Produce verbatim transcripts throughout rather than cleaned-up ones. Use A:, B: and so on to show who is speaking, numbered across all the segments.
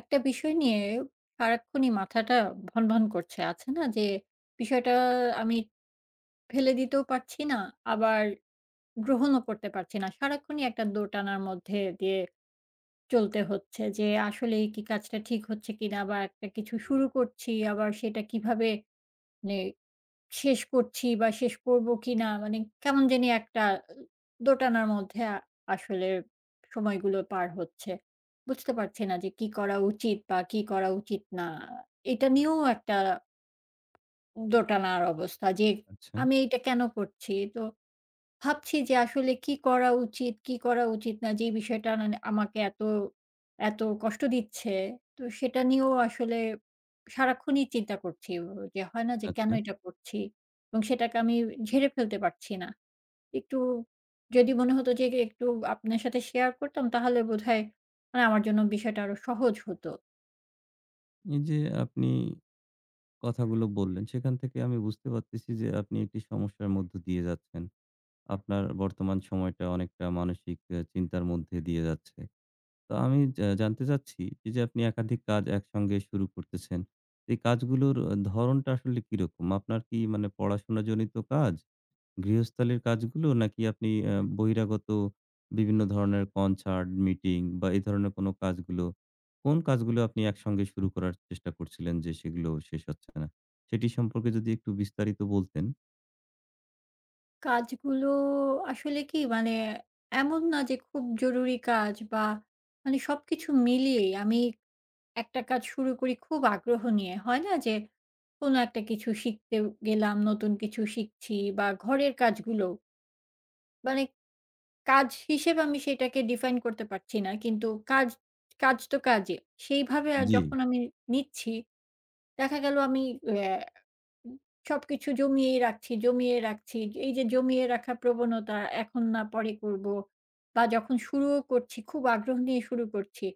A: একটা বিষয় নিয়ে সারাক্ষণই মাথাটা ভনভন করছে। আছে না যে বিষয়টা আমি ফেলে দিতেও পারছি না, আবার গ্রহণও করতে পারছি না। সারাক্ষণই একটা দোটানার মধ্যে দিয়ে চলতে হচ্ছে যে আসলেই কি কাজটা ঠিক হচ্ছে কিনা বা একটা কিছু শুরু করছি আবার সেটা কিভাবে মানে শেষ করছি বা শেষ করব কিনা, মানে কেমন জানি একটা দোটানার মধ্যে আ আসলে সময়গুলো পার হচ্ছে। বুঝতে পারছি না যে কি করা উচিত বা কি করা উচিত না। এটা নিয়েও একটা দোটানার অবস্থা যে
B: আচ্ছা,
A: আমি এটা কেন করছি? তো ভাবছি যে আসলে কি করা উচিত, কি করা উচিত না? যে বিষয়টা মানে আমাকে এত, এত কষ্ট দিচ্ছে। তো সেটা নিয়েও আসলে সারাক্ষণই চিন্তা করছি। ও যে হয় না যে কেন
B: আচ্ছা।
A: এটা করছি? এবং সেটাকে আমি ঝেড়ে ফেলতে পারছি না। একটু যদি মনে হতো যে একটু আপনার সাথে শেয়ার করতাম তাহলে বোধহয় মানে আমার জন্য বিষয়টা আরো সহজ হতো।
B: এই যে আপনি কথাগুলো বললেন, সেখান থেকে আমি বুঝতে পারতেছি যে আপনি একটি সমস্যার মধ্য দিয়ে যাচ্ছেন। আপনার বর্তমান সময়টা অনেকটা মানসিক আ চিন্তার মধ্যে দিয়ে যাচ্ছে। তো আমি জা জানতে চাচ্ছি এই যে আপনি একাধিক কাজ একসঙ্গে শুরু করতেছেন। এই কাজগুলোর আ ধরণটা আসলে কিরকম? আপনার কি মানে পড়াশোনাজনিত কাজ? গৃহস্থালির কাজগুলো? নাকি আপনি আ বহিরাগত বিভিন্ন ধরনের কনসার্ট, মিটিং বা এই ধরনের কোনো কাজগুলো? কোন কাজগুলো আপনি একসঙ্গে শুরু করার চেষ্টা করছিলেন যে সেগুলো শেষ হচ্ছে না? সেটি সম্পর্কে যদি একটু বিস্তারিত বলতেন।
A: কাজগুলো আসলে কি মানে এমন না যে খুব জরুরি কাজ বা মানে সবকিছু মিলিয়েই আমি একটা কাজ শুরু করি খুব আগ্রহ নিয়ে। হয় না যে কোনো একটা কিছু শিখতে গেলাম, নতুন কিছু শিখছি বা ঘরের কাজগুলো। মানে কাজ হিসেবে আমি সেটাকে define করতে পারছি না। কিন্তু কাজ, কাজ তো কাজই। সেইভাবে আর
B: জি,
A: যখন আমি নিচ্ছি দেখা গেল আমি অ্যা উম সবকিছু জমিয়েই রাখছি, জমিয়ে রাখছি। এই যে জমিয়ে রাখা প্রবণতা, এখন না পরে করব বা যখন শুরুও করছি, খুব আগ্রহ নিয়ে শুরু করছি।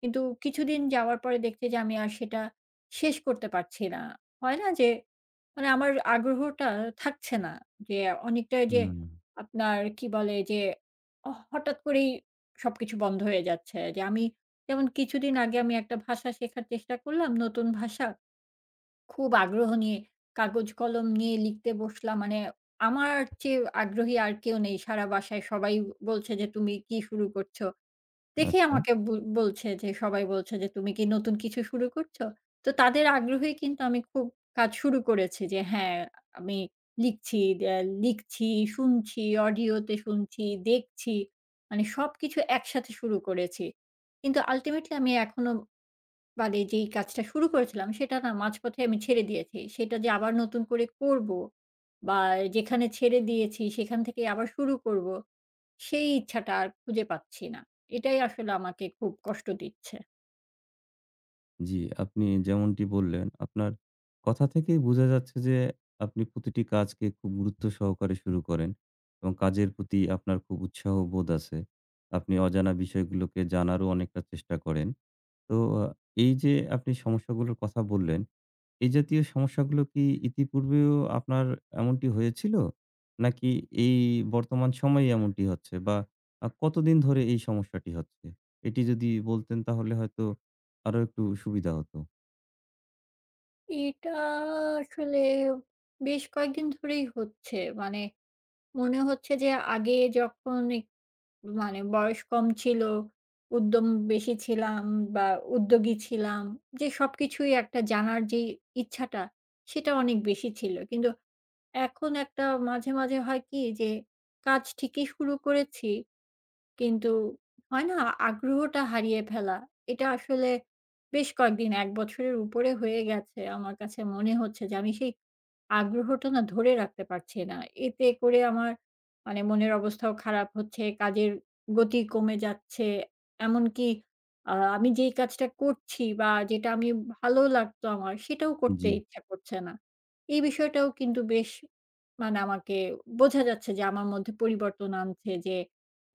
A: কিন্তু কিছুদিন যাওয়ার পরে দেখছি যে আমি আর সেটা শেষ করতে পারছি না। হয় না যে মানে আমার আগ্রহটা থাকছে না। যে অনেকটা যে
B: হুম।
A: আপনার কি বলে যে অ হঠাৎ করেই সবকিছু বন্ধ হয়ে যাচ্ছে। যে আমি যেমন কিছুদিন আগে আমি একটা ভাষা শেখার চেষ্টা করলাম, নতুন ভাষা। খুব আগ্রহ নিয়ে কাগজ কলম নিয়ে লিখতে বসলাম। মানে আমার চেয়ে আগ্রহী আর কেউ নেই। সারা বাসায় সবাই বলছে যে, "তুমি কি শুরু করছো?" দেখেই
B: আচ্ছা।
A: আমাকে ব বলছে যে, সবাই বলছে যে, "তুমি কি নতুন কিছু শুরু করছো?" তো তাদের আগ্রহেই কিন্তু আমি খুব কাজ শুরু করেছি যে, হ্যাঁ, আমি লিখছি, দ্যা লিখছি, শুনছি, অডিওতে শুনছি, দেখছি। মানে সবকিছু একসাথে শুরু করেছি। কিন্তু আল্টিমেটলি আমি এখনো মানে যেই কাজটা শুরু করেছিলাম সেটা না মাঝপথে আমি ছেড়ে দিয়েছি। সেটা যে আবার নতুন করে করব বা যেখানে ছেড়ে দিয়েছি সেখান থেকে আবার শুরু করব, সেই ইচ্ছাটা আর খুঁজে পাচ্ছি না। এটাই আসলে আমাকে খুব কষ্ট দিচ্ছে।
B: জি, আপনি যেমনটি বললেন, আপনার কথা থেকেই বোঝা যাচ্ছে যে আপনি প্রতিটি কাজকে খুব গুরুত্ব সহকারে শুরু করেন এবং কাজের প্রতি আপনার খুব উৎসাহ বোধ আছে। আপনি অজানা বিষয়গুলোকে জানারও অনেকটা চেষ্টা করেন। তো আ এই যে আপনি সমস্যাগুলোর কথা বললেন, এই জাতীয় সমস্যাগুলো কি ইতিপূর্বেও আপনার এমনটি হয়েছিল? নাকি এই বর্তমান সময়ে এমনটি হচ্ছে? বা আ কতদিন ধরে এই সমস্যাটি হচ্ছে? এটি যদি বলতেন তাহলে হয়তো আরো একটু সুবিধা হতো।
A: এটা আসলে বেশ কয়েকদিন ধরেই হচ্ছে। মানে মনে হচ্ছে যে আগে যখন এক মানে বয়স কম ছিল, উদ্যম বেশি ছিলাম বা উদ্যোগী ছিলাম। যে সবকিছুই একটা জানার যে ইচ্ছাটা, সেটা অনেক বেশি ছিল। কিন্তু এখন একটা মাঝে, মাঝে হয় কি যে কাজ ঠিকই শুরু করেছি কিন্তু হয় না আগ্রহটা হারিয়ে ফেলা। এটা আসলে বেশ কয়েকদিন এক বছরের উপরে হয়ে গেছে। আমার কাছে মনে হচ্ছে যে আমি সেই আগ্রহটা না ধরে রাখতে পারছি না। এতে করে আমার মানে মনের অবস্থাও খারাপ হচ্ছে, কাজের গতি কমে যাচ্ছে। এমনকি আ আমি যেই কাজটা করছি বা যেটা আমি ভালো লাগতো আমার সেটাও করতে
B: জি,
A: ইচ্ছা করছে না। এই বিষয়টাও কিন্তু বেশ মানে আমাকে বোঝা যাচ্ছে যে আমার মধ্যে পরিবর্তন আনছে যে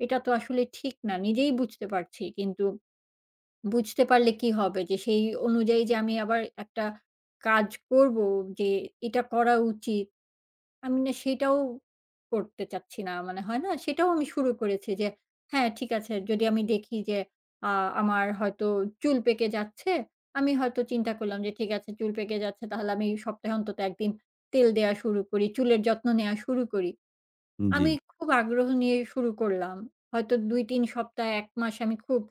A: এটা তো আসলে ঠিক না। নিজেই বুঝতে পারছি। কিন্তু বুঝতে পারলে কি হবে? যে সেই অনুযায়ী যে আমি আবার একটা কাজ করব যে এটা করা উচিত। আমি না সেটাও করতে চাচ্ছি না। মানে হয় না? সেটাও আমি শুরু করেছি যে হ্যাঁ, ঠিক আছে যদি আমি দেখি যে আ আমার হয়তো চুল পেকে যাচ্ছে, আমি হয়তো চিন্তা করলাম যে ঠিক আছে চুল পেকে যাচ্ছে তাহলে আমি সপ্তাহে অন্তত এক দিন তেল দেয়া শুরু করি, চুলের যত্ন নেয়া শুরু করি।
B: জি।
A: আমি খুব আগ্রহ নিয়ে শুরু করলাম। হয়তো দুই তিন সপ্তাহ এক মাস আমি খুব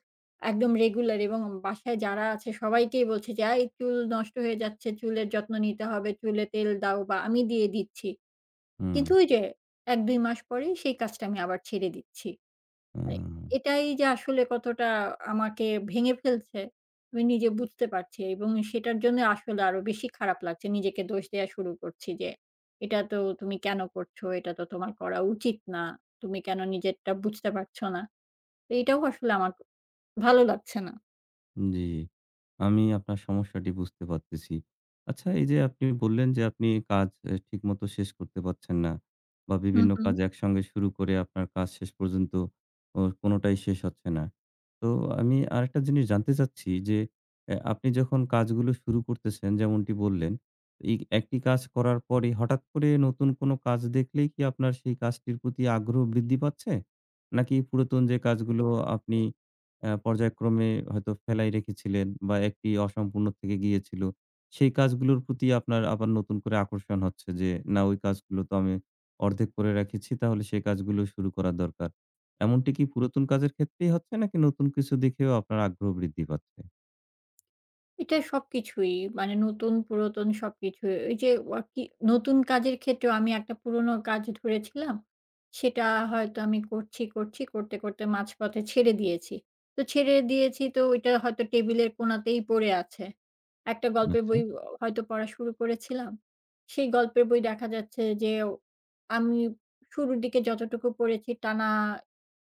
A: একদম রেগুলার এবং বাসায় যারা আছে সবাইকেই বলছি যে, "এই চুল নষ্ট হয়ে যাচ্ছে, চুলের যত্ন নিতে হবে, চুলে তেল দাও" বা আমি দিয়ে দিচ্ছি।
B: হুম,
A: কিন্তু ওই যে এক দুই মাস পরেই সেই কাজটা আমি আবার ছেড়ে দিচ্ছি।
B: আ
A: মানে এটাই যে আসলে কতটা আমাকে ভেঙে ফেলছে, আমি নিজে বুঝতে পারছি এবং সেটার জন্য আসলে আরো বেশি খারাপ লাগছে। নিজেকে দোষ দেয়া শুরু করছি যে, "এটা তো তুমি কেন করছো? এটা তো তোমার করা উচিত না। তুমি কেন নিজেরটা বুঝতে পারছো না?" তো এটাও আসলে আমার ভালো লাগছে না।
B: জি, আমি আপনার সমস্যাটি বুঝতে পারতেছি। আচ্ছা এই যে আপনি বললেন যে আপনি কাজ এ ঠিকমতো শেষ করতে পারছেন না বা
A: হু,
B: বিভিন্ন
A: হু।
B: কাজ একসঙ্গে শুরু করে আপনার কাজ শেষ পর্যন্ত ও কোনটাই শেষ হচ্ছে না। তো আমি আরেকটা জিনিস জানতে চাচ্ছি যে এ আপনি যখন কাজগুলো শুরু করতেছেন যেমনটি বললেন, এই একটি কাজ করার পরে হঠাৎ করে নতুন কোন কাজ দেখলেই কি আপনার সেই কাজটির প্রতি আগ্রহ বৃদ্ধি পাচ্ছে? নাকি পুরাতন যে কাজগুলো আপনি অ্যা পর্যায়ক্রমে হয়তো ফেলাই রেখেছিলেন বা একটি অসম্পূর্ণ থেকে গিয়েছিল। সেই কাজগুলোর প্রতি আপনার আবার নতুন করে আকর্ষণ হচ্ছে যে, "না, ওই কাজগুলো তো আমি অর্ধেক করে রেখেছি। তাহলে সেই কাজগুলো শুরু করা দরকার।" এমনটি কি পুরাতন কাজের ক্ষেত্রেই হচ্ছে নাকি নতুন কিছু দেখেও আপনার আগ্রহ বৃদ্ধি পাচ্ছে?
A: এটা সবকিছুই। মানে নতুন, পুরাতন সবকিছুই। ওই যে ওয়াকি নতুন কাজের ক্ষেত্রেও আমি একটা পুরোনো কাজ ধরেছিলাম। সেটা হয়তো আমি করছি, করছি, করতে, করতে মাঝপথে ছেড়ে দিয়েছি। তো ছেড়ে দিয়েছি তো ওইটা হয়তো টেবিলের কোণাতেই পড়ে আছে। একটা গল্পের
B: আচ্ছা।
A: বই অ হয়তো পড়া শুরু করেছিলাম। সেই গল্পের বই দেখা যাচ্ছে যে আমি শুরুর দিকে যতটুকু পড়েছি টানা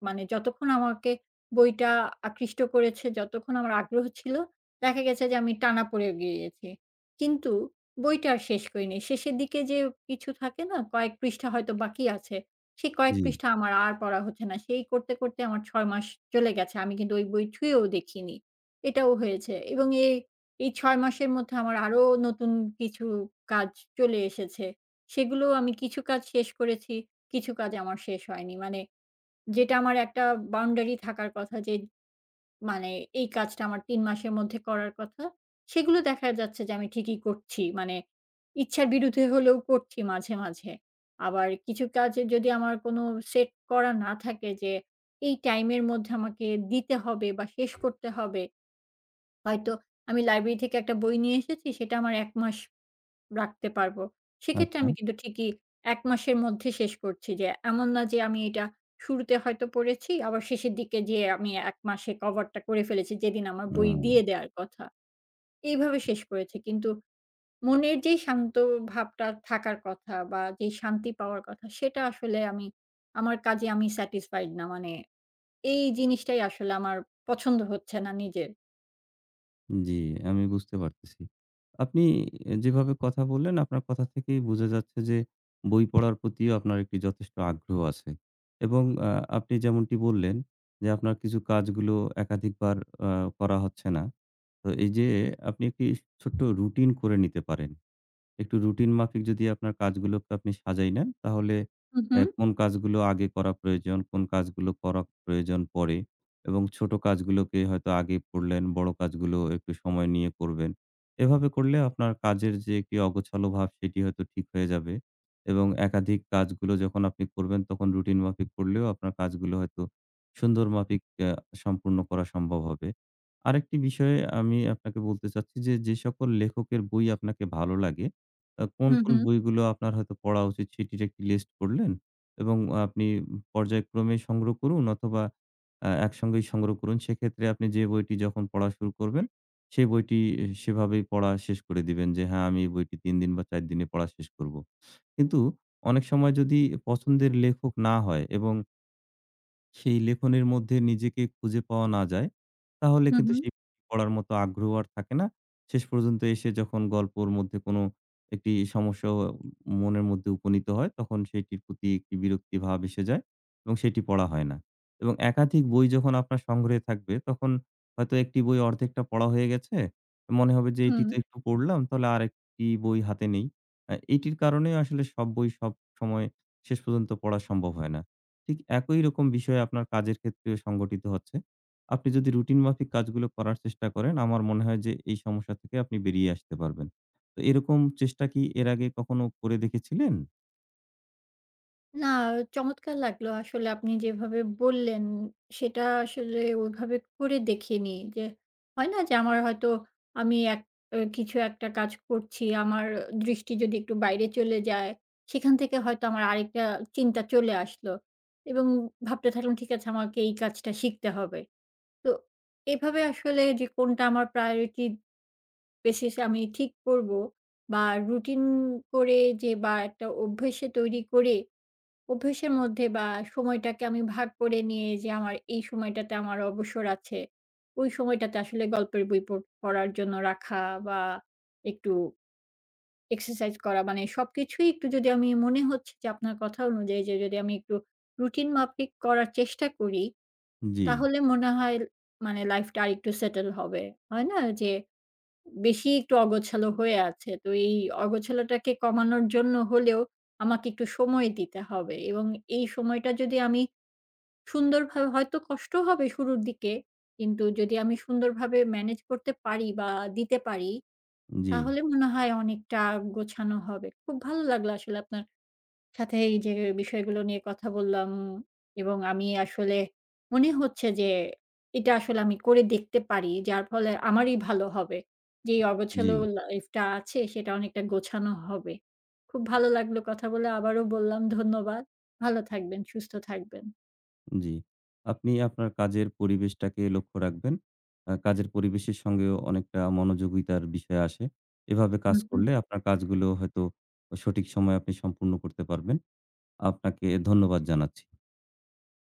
A: মানে যতক্ষণ আমাকে বইটা আকৃষ্ট করেছে, যতক্ষণ আমার আগ্রহ ছিল দেখা গেছে যে আমি টানা পড়ে গিয়েছি। কিন্তু বইটা আর শেষ করিনি। শেষের দিকে যে কিছু থাকে না? কয়েক পৃষ্ঠা হয়তো বাকি আছে। সেই কয়েক
B: জি,
A: পৃষ্ঠা আমার আর পড়া হচ্ছে না। সেই করতে, করতে আমার ছয় মাস চলে গেছে। আমি কিন্তু ওই বই ছুঁয়েও দেখিনি। এটাও হয়েছে এবং এই, এই ছয় মাসের মধ্যে আমার আরো নতুন কিছু কাজ চলে এসেছে। সেগুলোও আমি কিছু কাজ শেষ করেছি, কিছু কাজ আমার শেষ হয়নি। মানে যেটা আমার একটা বাউন্ডারি থাকার কথা যে মানে এই কাজটা আমার তিন মাসের মধ্যে করার কথা। সেগুলো দেখা যাচ্ছে যে আমি ঠিকই করছি। মানে ইচ্ছার বিরুদ্ধে হলেও করছি মাঝে, মাঝে। আবার কিছু কাজে যদি আমার কোনো সেট করা না থাকে যে এই টাইমের মধ্যে আমাকে দিতে হবে বা শেষ করতে হবে। হয়তো আমি লাইব্রেরি থেকে একটা বই নিয়ে এসেছি সেটা আমার এক মাস রাখতে পারবো। সেক্ষেত্রে
B: আচ্ছা।
A: আমি কিন্তু ঠিকই এক মাসের মধ্যে শেষ করছি যে, এমন না যে আমি এটা শুরুতে হয়তো পড়েছি, আবার শেষের দিকে যেয়ে আমি এক মাসে কভারটা করে ফেলেছি যেদিন আমার বই
B: ও।
A: দিয়ে দেওয়ার কথা। এইভাবে শেষ করেছি। কিন্তু মনের যেই শান্ত ভাবটা থাকার কথা বা যেই শান্তি পাওয়ার কথা সেটা আসলে আমি আমার কাজে আমি স্যাটিসফাইড না। মানে এই জিনিসটাই আসলে আমার পছন্দ হচ্ছে না নিজের।
B: জি, আমি বুঝতে পারতেছি। আপনি যেভাবে কথা বললেন, আপনার কথা থেকেই বোঝা যাচ্ছে যে বই পড়ার প্রতিও আপনার একটি যথেষ্ট আগ্রহ আছে। এবং আ আপনি যেমনটি বললেন যে আপনার কিছু কাজগুলো একাধিকবার আ করা হচ্ছে না। তো এই যে আপনি একটি ছোট্ট রুটিন করে নিতে পারেন। একটু রুটিন মাফিক যদি আপনার কাজগুলোকে আপনি সাজাই নেন, তাহলে
A: হু, হু,
B: অ্যা কোন কাজগুলো আগে করা প্রয়োজন, কোন কাজগুলো করা প্রয়োজন পরে এবং ছোট কাজগুলোকে হয়তো আগে করলেন, বড় কাজগুলো একটু সময় নিয়ে করবেন। এভাবে করলে আপনার কাজের যে একটি অগোছালো ভাব সেটি হয়তো ঠিক হয়ে যাবে এবং একাধিক কাজগুলো যখন আপনি করবেন তখন রুটিন মাফিক করলেও আপনার কাজগুলো হয়তো সুন্দর মাফিক অ্যা সম্পূর্ণ করা সম্ভব হবে। আরেকটি বিষয়ে আমি আপনাকে বলতে চাচ্ছি যে, যে সকল লেখকের বই আপনাকে ভালো লাগে আ কোন,
A: হু,
B: কোন
A: হু,
B: বইগুলো আপনার হয়তো পড়া উচিত সেটির একটি লিস্ট করলেন এবং আপনি পর্যায়ক্রমে সংগ্রহ করুন অথবা আ একসঙ্গেই সংগ্রহ করুন। সেক্ষেত্রে আপনি যে বইটি যখন পড়া শুরু করবেন, সেই বইটি আহ, সেভাবেই পড়া শেষ করে দিবেন যে, "হ্যাঁ, আমি এই বইটি তিন দিন বা চার দিনে পড়া শেষ করব।" কিন্তু অনেক সময় যদি পছন্দের লেখক না হয় এবং সেই লেখনের মধ্যে নিজেকে খুঁজে পাওয়া না যায়, তাহলে
A: হু, হু,
B: কিন্তু সেই পড়ার মতো আগ্রহ আর থাকে না। শেষ পর্যন্ত এসে যখন গল্পর মধ্যে কোনো একটি সমস্যা ও মনের মধ্যে উপনীত হয়, তখন সেইটির প্রতি একটি বিরক্তি ভাব এসে যায় এবং সেটি পড়া হয় না। এবং একাধিক বই যখন আপনার সংগ্রহে থাকবে, তখন হয়তো একটি বই অর্ধেকটা পড়া হয়ে গেছে। মনে হবে যে এটি
A: হুম।
B: তো একটু পড়লাম, তাহলে আরেকটি বই হাতে নেই। আ এটির কারণে আসলে সব বই সবসময় শেষ পর্যন্ত পড়া সম্ভব হয় না। ঠিক একই রকম বিষয় আপনার কাজের ক্ষেত্রেও সংঘটিত হচ্ছে। আপনি যদি রুটিন মাফিক কাজগুলো করার চেষ্টা করেন, আমার মনে হয় যে এই সমস্যা থেকে আপনি বেরিয়ে আসতে পারবেন। তো এরকম চেষ্টা কি এর আগে কখনো করে দেখেছিলেন?
A: না, চমৎকার লাগলো আসলে আপনি যেভাবে বললেন, সেটা আসলে ওইভাবে করে দেখিনি। যে হয় না যে আমার হয়তো আমি এক আ কিছু একটা কাজ করছি, আমার দৃষ্টি যদি একটু বাইরে চলে যায়, সেখান থেকে হয়তো আমার আরেকটা চিন্তা চলে আসলো এবং ভাবতে থাকলাম ঠিক আছে আমাকে এই কাজটা শিখতে হবে। তো এভাবে আসলে যে কোনটা আমার priority basis এ আমি ঠিক করব বা রুটিন করে যে বা একটা অভ্যেসে তৈরি করে অভ্যাসের মধ্যে বা সময়টাকে আমি ভাগ করে নিয়ে যে আমার এই সময়টাতে আমার অবসর আছে। ওই সময়টাতে আসলে গল্পের বই পড় পড়ার জন্য রাখা বা একটু এক্সারসাইজ করা মানে সবকিছুই একটু যদি আমি মনে হচ্ছে যে আপনার কথা অনুযায়ী যে যদি আমি একটু রুটিন মাফিক করার চেষ্টা করি
B: জি,
A: তাহলে মনে হয় মানে লাইফটা আরেকটু সেটেল হবে। হয় না? যে বেশি একটু অগোছালো হয়ে আছে। তো এই অগোছালোটাকে কমানোর জন্য হলেও আমাকে একটু সময় দিতে হবে এবং এই সময়টা যদি আমি সুন্দরভাবে হয়তো কষ্ট হবে শুরুর দিকে। কিন্তু যদি আমি সুন্দরভাবে ম্যানেজ করতে পারি বা দিতে পারি,
B: জি,
A: তাহলে মনে হয় অনেকটা গোছানো হবে। খুব ভালো লাগলো আসলে আপনার সাথে এই যে বিষয়গুলো নিয়ে কথা বললাম এবং আমি আসলে মনে হচ্ছে যে এটা আসলে আমি করে দেখতে পারি। যার ফলে আমারই ভালো হবে। যে এই
B: জি,
A: অগোছালো লাইফটা আছে সেটা অনেকটা গোছানো হবে। খুব ভালো লাগলো কথা বলে। আবারও বললাম ধন্যবাদ। ভালো থাকবেন, সুস্থ থাকবেন।
B: জি। আপনি আপনার কাজের পরিবেশটাকে লক্ষ্য রাখবেন। আ কাজের পরিবেশের সঙ্গেও অনেকটা মনোযোগিতার বিষয় আসে। এভাবে
A: হুম,
B: কাজ
A: হুম।
B: করলে আপনার কাজগুলো হয়তো সঠিক সময়ে আপনি সম্পূর্ণ করতে পারবেন। আপনাকে ধন্যবাদ জানাচ্ছি।